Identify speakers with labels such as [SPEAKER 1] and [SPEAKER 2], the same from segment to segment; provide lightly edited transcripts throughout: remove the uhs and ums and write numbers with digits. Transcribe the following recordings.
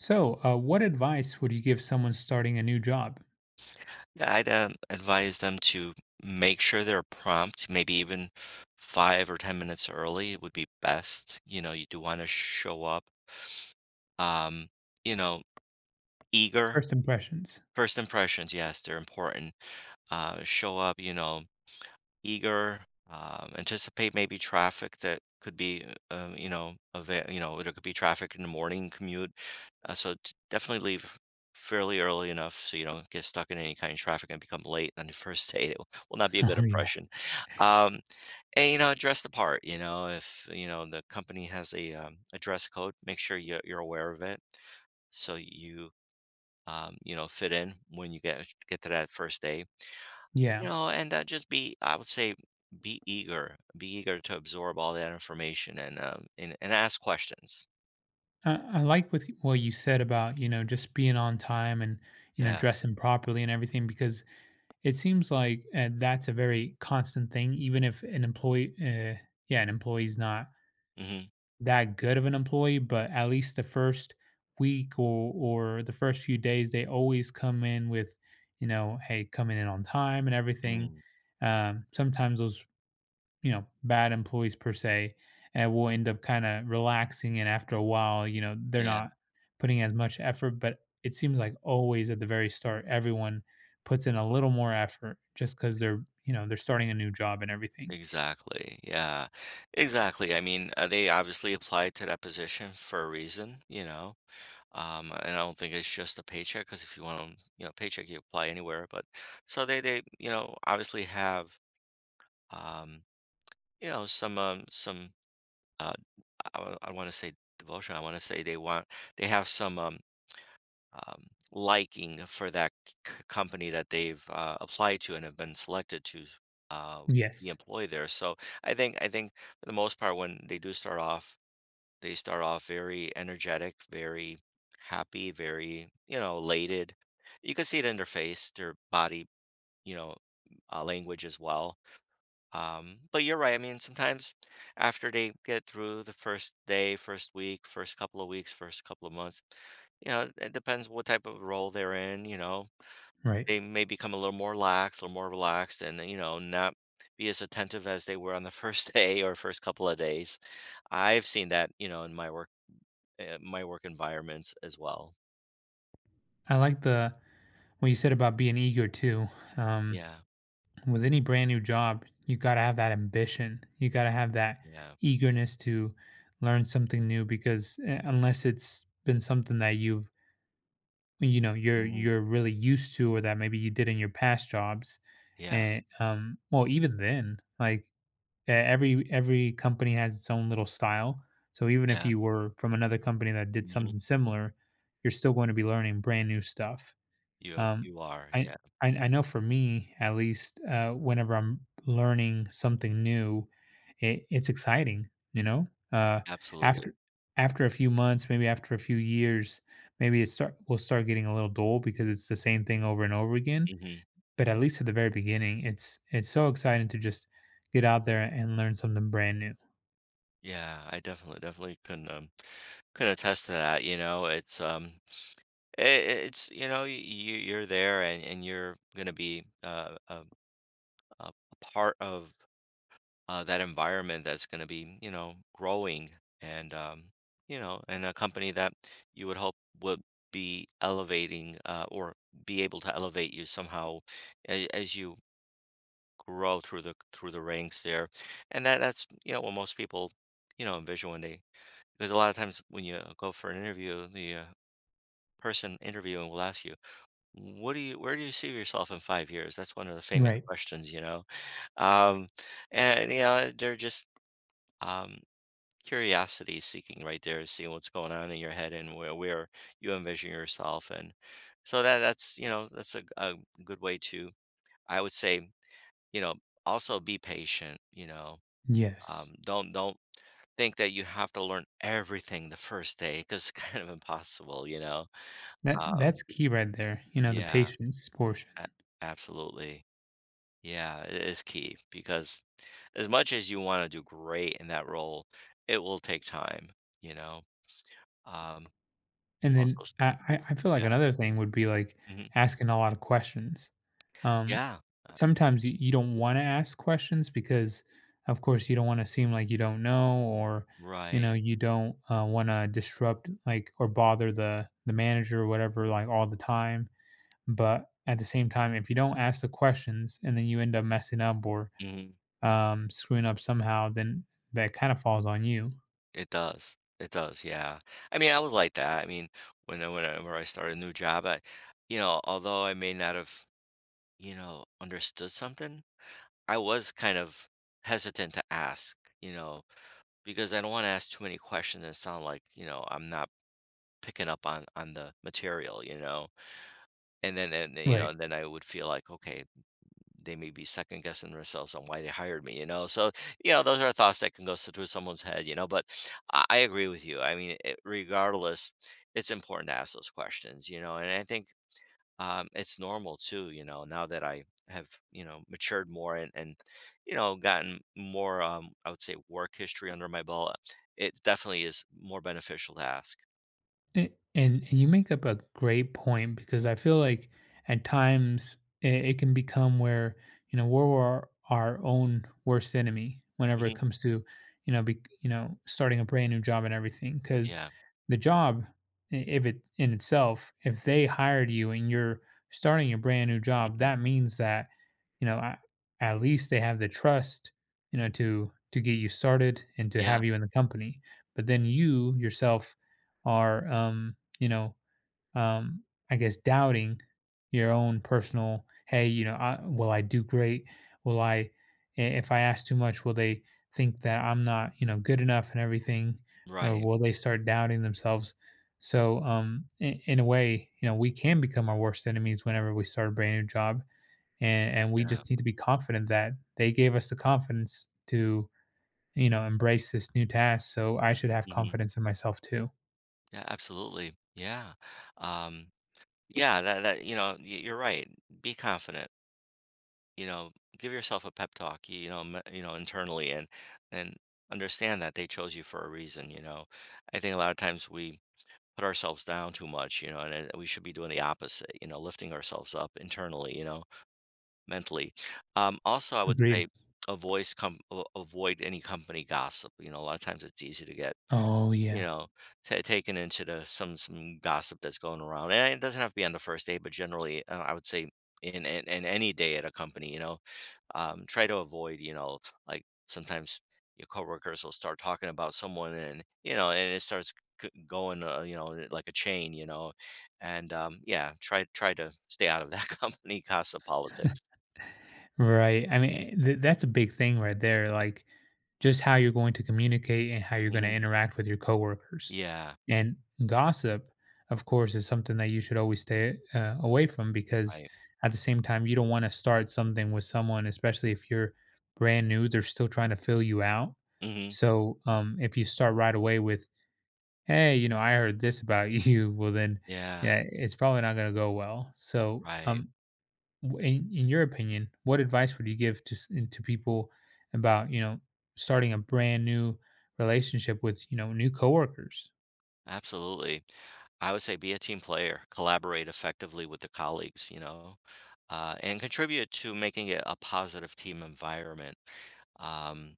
[SPEAKER 1] So, what advice would you give someone starting a new job?
[SPEAKER 2] Yeah, I'd advise them to make sure they're prompt, maybe even 5 or 10 minutes early would be best. You know, you do want to show up, um, you know, eager.
[SPEAKER 1] First impressions.
[SPEAKER 2] First impressions, yes, they're important. Show up, eager, anticipate maybe traffic that could be, there could be traffic in the morning commute, so d definitely leave fairly early enough so you don't get stuck in any kind of traffic and become late on the first date. It will not be a good
[SPEAKER 1] Oh yeah,
[SPEAKER 2] impression. Um, and, dress the part, if, the company has a dress code, make sure you're aware of it so you, fit in when you get to that first day. You
[SPEAKER 1] yeah.
[SPEAKER 2] know, and, just be I would say be eager to absorb all that information and, and ask questions.
[SPEAKER 1] I like with what you said about you know just being on time and you know
[SPEAKER 2] Yeah.
[SPEAKER 1] dressing properly and everything because it seems like that's a very constant thing. Even if an employee, yeah, an employee's not
[SPEAKER 2] Mhm.
[SPEAKER 1] that good of an employee, but at least the first week or the first few days, they always come in with you know, hey, coming in on time and everything
[SPEAKER 2] Mm.
[SPEAKER 1] sometimes those you know, bad employees per se, and we'll end up kind of relaxing. And after a while, you know, they're
[SPEAKER 2] Yeah,
[SPEAKER 1] not putting as much effort. But it seems like always at the very start, everyone puts in a little more effort just because they're, you know, they're starting a new job and everything.
[SPEAKER 2] exactly. Yeah. Exactly. I mean, they obviously applied to that position for a reason, you know? And I don't think it's just a paycheck because if you want to paycheck, you apply anywhere, but so they you know, obviously have, um, some, uh, I wanna say devotion, I wanna say they want they have some, um, liking for that company that they've applied to and have been selected to uh, be
[SPEAKER 1] Yes,
[SPEAKER 2] employed there. So I think for the most part, when they do start off, they start off very energetic, very happy, very elated. You can see it in their face, their body, you know, language as well, but you're right. I mean, sometimes after they get through the first day, first week, first couple of weeks, first couple of months, you know, it depends what type of role they're in. You know,
[SPEAKER 1] right.
[SPEAKER 2] they may become a little more lax, a little more relaxed, and not be as attentive as they were on the first day or first couple of days. I've seen that, you know, in my work environments as well.
[SPEAKER 1] I like the what you said about being eager too. Um,
[SPEAKER 2] Yeah,
[SPEAKER 1] with any brand new job, you gotta have that ambition. You gotta have that
[SPEAKER 2] yeah.
[SPEAKER 1] eagerness to learn something new because unless it's been something that you've you know you're
[SPEAKER 2] Hmm.
[SPEAKER 1] you're really used to or that maybe you did in your past jobs
[SPEAKER 2] Yeah,
[SPEAKER 1] and well even then like every company has its own little style, so even if
[SPEAKER 2] yeah.
[SPEAKER 1] you were from another company that did
[SPEAKER 2] Hmm.
[SPEAKER 1] something similar you're still going to be learning brand new stuff.
[SPEAKER 2] You
[SPEAKER 1] um,
[SPEAKER 2] you are,
[SPEAKER 1] I,
[SPEAKER 2] yeah,
[SPEAKER 1] I know for me at least, whenever I'm learning something new, it's exciting. You know,
[SPEAKER 2] absolutely.
[SPEAKER 1] after after a few months, maybe after a few years, maybe it start will start getting a little dull because it's the same thing over and over again.
[SPEAKER 2] Hmm.
[SPEAKER 1] But at least at the very beginning, it's so exciting to just get out there and learn something brand new.
[SPEAKER 2] Yeah, I definitely can attest to that, you know. It's you're there and you're going to be a part of that environment that's going to be, growing and um and a company that you would hope would be elevating or be able to elevate you somehow as you grow through the ranks there. And that's what most people, envision when they because a lot of times when you go for an interview, the person interviewing will ask you, "What do you? Where do you see yourself in 5 years?" That's one of the famous
[SPEAKER 1] Right.
[SPEAKER 2] questions, you know. Um, and they're just um, curiosity seeking right there, seeing what's going on in your head and where you envision yourself. And so that that's you know that's a good way to, I would say, you know also be patient. You know,
[SPEAKER 1] Yes.
[SPEAKER 2] don't think that you have to learn everything the first day because it's kind of impossible, you know.
[SPEAKER 1] That
[SPEAKER 2] Um,
[SPEAKER 1] that's key right there. You know, the
[SPEAKER 2] yeah,
[SPEAKER 1] patience portion.
[SPEAKER 2] a absolutely. Yeah, it is key because as much as you wanna do great in that role, it will take time, you know? Um,
[SPEAKER 1] And
[SPEAKER 2] Also,
[SPEAKER 1] then
[SPEAKER 2] s
[SPEAKER 1] I
[SPEAKER 2] y
[SPEAKER 1] I I feel like
[SPEAKER 2] yeah,
[SPEAKER 1] another thing would be, like,
[SPEAKER 2] mhm,
[SPEAKER 1] asking a lot of questions. Um,
[SPEAKER 2] yeah, uh,
[SPEAKER 1] Sometimes you don't wanna ask questions because, of course, you don't wanna seem like you don't know or, you know,
[SPEAKER 2] right,
[SPEAKER 1] you don't, wanna disrupt, like, or bother the manager or whatever, like, all the time. But at the same time, if you don't ask the questions and then you end up messing up or,
[SPEAKER 2] mhm,
[SPEAKER 1] screwing up somehow, then that kinda falls on you.
[SPEAKER 2] it does, yeah. I mean, I was like that, I mean, whenever I start a new job, although I may not have, you know, understood something, I was kind of hesitant to ask, you know? Because I don't want to ask too many questions and sound like, you know, I'm not picking up on the material, you know. And then and then, you know,
[SPEAKER 1] Right.
[SPEAKER 2] and then I would feel like, okay, they may be second guessing themselves on why they hired me, you know. So, those are thoughts that can go through someone's head, you know. But I agree with you. I mean, regardless, it's important to ask those questions, you know. And I think it's normal too, you know, now that I have, you know, matured more and gotten more, I would say, work history under my belt, it definitely is more beneficial to ask.
[SPEAKER 1] And you make up a great point because I feel like at times it can become where, you know, we're our own worst enemy whenever it
[SPEAKER 2] Hmm.
[SPEAKER 1] comes to, you know, be, you know, starting a brand new job and everything. Because
[SPEAKER 2] Yeah.
[SPEAKER 1] the job, if it in itself, if they hired you and you're starting a brand new job,
[SPEAKER 2] Hmm.
[SPEAKER 1] that means that, you know, at least they have the trust, you know, to get you started and to
[SPEAKER 2] Yeah.
[SPEAKER 1] have you in the company. But then you yourself are you know, um, I guess doubting your own personal, hey, you know, will I do great? Will I, if I ask too much, will they think that I'm not, you know, good enough and everything? Or
[SPEAKER 2] Right.
[SPEAKER 1] will they start doubting themselves? So, in a way, you know, we can become our worst enemies whenever we start a brand new job. And we
[SPEAKER 2] Yeah.
[SPEAKER 1] just need to be confident that they gave us the confidence to, you know, embrace this new task. So I should have
[SPEAKER 2] Hmm.
[SPEAKER 1] confidence in myself too.
[SPEAKER 2] Yeah. Absolutely. Yeah. Um, yeah. That, you're right. Be confident, you know, give yourself a pep talk, you know, you know, internally and understand that they chose you for a reason. I think a lot of times we put ourselves down too much, you know, and we should be doing the opposite, you know, lifting ourselves up internally, you know, mentally. Also, I would
[SPEAKER 1] Agreed.
[SPEAKER 2] say avoid any company gossip. You know, a lot of times it's easy to get
[SPEAKER 1] Oh,
[SPEAKER 2] you
[SPEAKER 1] yeah.
[SPEAKER 2] know, ta taken into the some gossip that's going around, and it doesn't have to be on the first day, but generally, I would say in any day at a company, you know, try to avoid, you know, like sometimes your coworkers will start talking about someone, and it starts going, like a chain, you know, and yeah, try to stay out of that company gossip politics.
[SPEAKER 1] Right. I mean, that's a big thing right there. Like, just how you're going to communicate and how you're going to
[SPEAKER 2] Hmm.
[SPEAKER 1] interact with your coworkers.
[SPEAKER 2] Yeah,
[SPEAKER 1] And gossip, of course, is something that you should always stay away from because
[SPEAKER 2] right.
[SPEAKER 1] at the same time, you don't want to start something with someone, especially if you're brand new, they're still trying to fill you out.
[SPEAKER 2] Hmm.
[SPEAKER 1] So if you start right away with, hey, you know, I heard this about you, well, then,
[SPEAKER 2] Yeah,
[SPEAKER 1] yeah, it's probably not going to go well. So
[SPEAKER 2] right.
[SPEAKER 1] in your opinion, what advice would you give to to people about you know starting a brand new relationship with you know new coworkers?
[SPEAKER 2] Absolutely. I would say be a team player, collaborate effectively with the colleagues, you know, and contribute to making it a positive team environment. Um,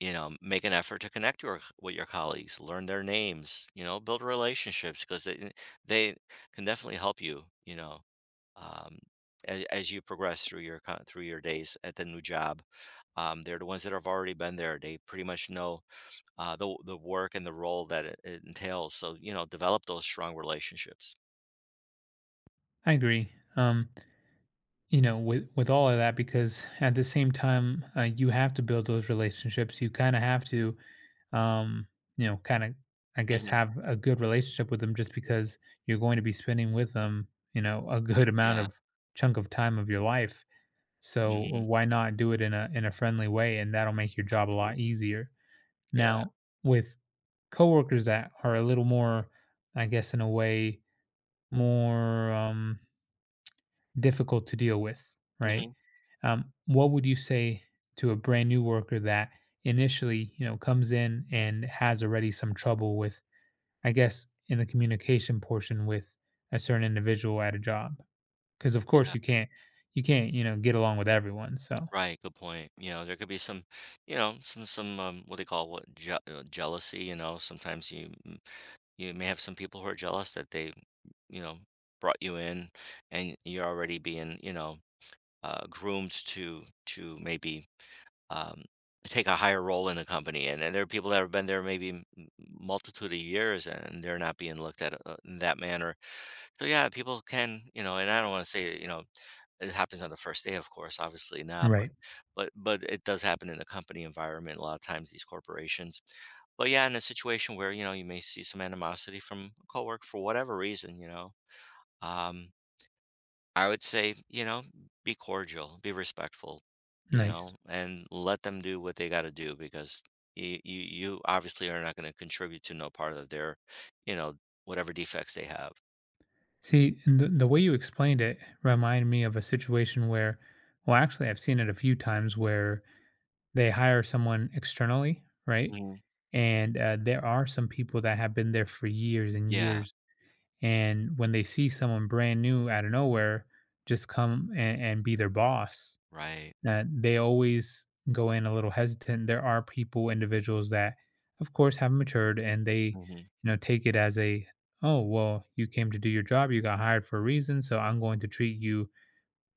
[SPEAKER 2] Make an effort to connect your with your colleagues, learn their names, you know, build relationships because they can definitely help you, you know, um, as you progress through your days at the new job. They're the ones that have already been there. They pretty much know the work and the role that it entails. So you know, develop those strong relationships.
[SPEAKER 1] I agree. Um, you know, with all of that, because at the same time, you have to build those relationships. You kind of have to, um, you know, kind of, I guess,
[SPEAKER 2] Hmm.
[SPEAKER 1] have a good relationship with them, just because you're going to be spending with them, you know, a good amount
[SPEAKER 2] Yeah.
[SPEAKER 1] of chunk of time of your life. So
[SPEAKER 2] Hmm.
[SPEAKER 1] why not do it in a friendly way, and that'll make your job a lot
[SPEAKER 2] Absolutely.
[SPEAKER 1] easier.
[SPEAKER 2] Yeah.
[SPEAKER 1] Now, with coworkers that are a little more, I guess, in a way, more difficult to deal with, right?
[SPEAKER 2] Hmm.
[SPEAKER 1] What would you say to a brand new worker that initially, you know, comes in and has already some trouble with, I guess, in the communication portion with a certain individual at a job? Because of
[SPEAKER 2] Yeah.
[SPEAKER 1] course you can't, you can't, you know, get along with everyone. So
[SPEAKER 2] Right. Good point. You know, there could be some, some what they call jealousy. You know, sometimes you may have some people who are jealous that they you know brought you in, and you're already being groomed to maybe um, take a higher role in the company. And there are people that have been there maybe multitude of years and they're not being looked at in that manner. So yeah, people can, you know, and I don't want to say, you know, it happens on the first day, of course, obviously not,
[SPEAKER 1] right.
[SPEAKER 2] but, it does happen in the company environment. A lot of times these corporations, but yeah, in a situation where, you know, you may see some animosity from a coworker for whatever reason, you know, Um, I would say, you know, be cordial, be respectful, you
[SPEAKER 1] Nice.
[SPEAKER 2] know, and let them do what they got to do because you obviously are not going to contribute to no part of their, you know, whatever defects they have.
[SPEAKER 1] See, and the way you explained it reminded me of a situation where, well, actually, I've seen it a few times where they hire someone externally, right?
[SPEAKER 2] Mhm.
[SPEAKER 1] And there are some people that have been there for years and
[SPEAKER 2] Yeah,
[SPEAKER 1] years. And when they see someone brand new out of nowhere just come and be their boss,
[SPEAKER 2] right.
[SPEAKER 1] that they always go in a little hesitant. There are people, individuals that, of course, have matured and they,
[SPEAKER 2] Hmm.
[SPEAKER 1] you know, take it as a, oh, well, you came to do your job, you got hired for a reason, so I'm going to treat you,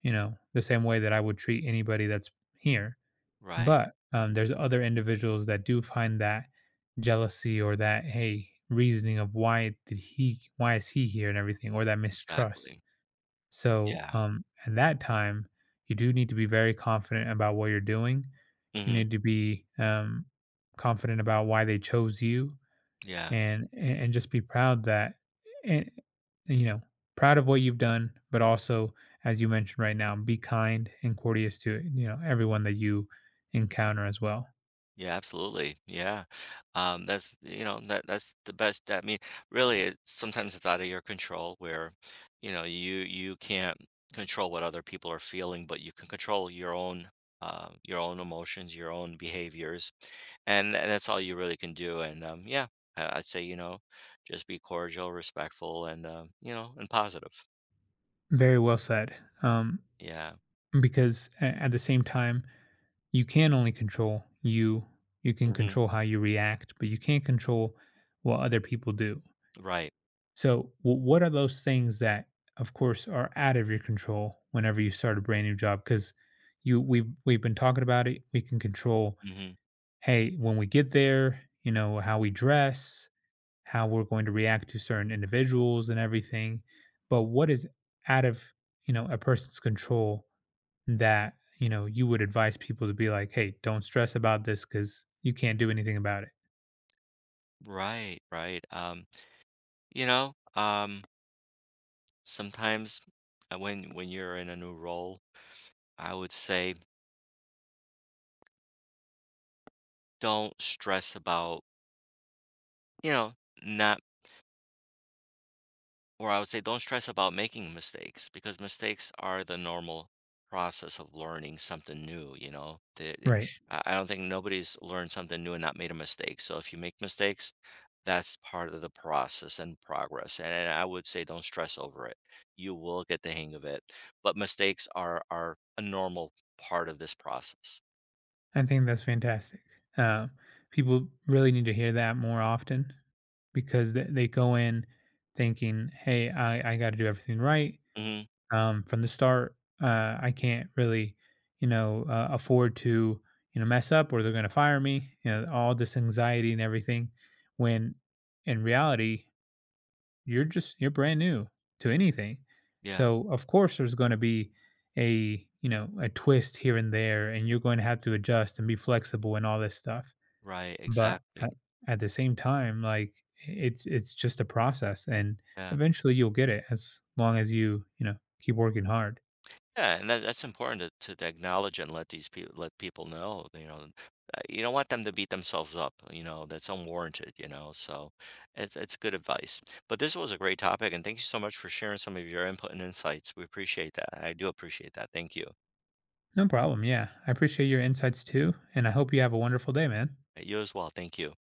[SPEAKER 1] you know, the same way that I would treat anybody that's here.
[SPEAKER 2] Right.
[SPEAKER 1] But there's other individuals that do find that jealousy or that, hey, reasoning of why did he, why is he here and everything, or that mistrust.
[SPEAKER 2] Exactly.
[SPEAKER 1] So,
[SPEAKER 2] Yeah.
[SPEAKER 1] in that time, you do need to be very confident about what you're doing. You
[SPEAKER 2] Hmm.
[SPEAKER 1] need to be confident about why they chose you,
[SPEAKER 2] Yeah.
[SPEAKER 1] and just be proud that, and you know, proud of what you've done. But also, as you mentioned right now, be kind and courteous to you know everyone that you encounter as well.
[SPEAKER 2] Yeah, absolutely. Yeah. That's, you know, that that's the best. I mean, really, sometimes it's out of your control where, you know, you can't control what other people are feeling, but you can control your own emotions, your own behaviors, and that's all you really can do. And yeah, I'd say, you know, just be cordial, respectful, and positive.
[SPEAKER 1] Very well said. Um,
[SPEAKER 2] Yeah.
[SPEAKER 1] because at the same time you can only control you. You can
[SPEAKER 2] Hmm.
[SPEAKER 1] control how you react but you can't control what other people do.
[SPEAKER 2] Right.
[SPEAKER 1] So what are those things that of course are out of your control whenever you start a brand new job because you we've been talking about it we can control
[SPEAKER 2] Hmm.
[SPEAKER 1] hey when we get there you know how we dress how we're going to react to certain individuals and everything, but what is out of you know a person's control that you know you would advise people to be like hey don't stress about this because you can't do anything about it?
[SPEAKER 2] Right. Right. You know, um Sometimes when you're in a new role, I would say don't stress about, you know, not, or I would say don't stress about making mistakes because mistakes are the normal process of learning something new, you know. The, the-
[SPEAKER 1] Right.
[SPEAKER 2] I I don't think nobody's learned something new and not made a mistake. So if you make mistakes, that's part of the process and progress. And I would say don't stress over it. You will get the hang of it. But mistakes are a normal part of this process.
[SPEAKER 1] I think that's fantastic. uh, People really need to hear that more often because they go in thinking hey I got to do everything right
[SPEAKER 2] Hmm.
[SPEAKER 1] from the start. I can't really you know afford to you know mess up or they're going to fire me you know all this anxiety and everything when in reality you're just you're brand new to anything.
[SPEAKER 2] Yeah.
[SPEAKER 1] So, of course, there's going to be you know, a twist here and there, and you're going to have to adjust and be flexible and all this stuff.
[SPEAKER 2] Right,
[SPEAKER 1] But
[SPEAKER 2] exactly.
[SPEAKER 1] at the same time, like it's just a process, and
[SPEAKER 2] Yeah.
[SPEAKER 1] eventually you'll get it as long as you, you know, keep working hard.
[SPEAKER 2] Yeah, and that's important to acknowledge and let people know, you don't want them to beat themselves up, you know, that's unwarranted, you know, so it's good advice. But this was a great topic, and thank you so much for sharing some of your input and insights. We appreciate that. I do appreciate that. Thank you.
[SPEAKER 1] No problem. Yeah. I appreciate your insights too, and I hope you have a wonderful day, man.
[SPEAKER 2] You as well. Thank you.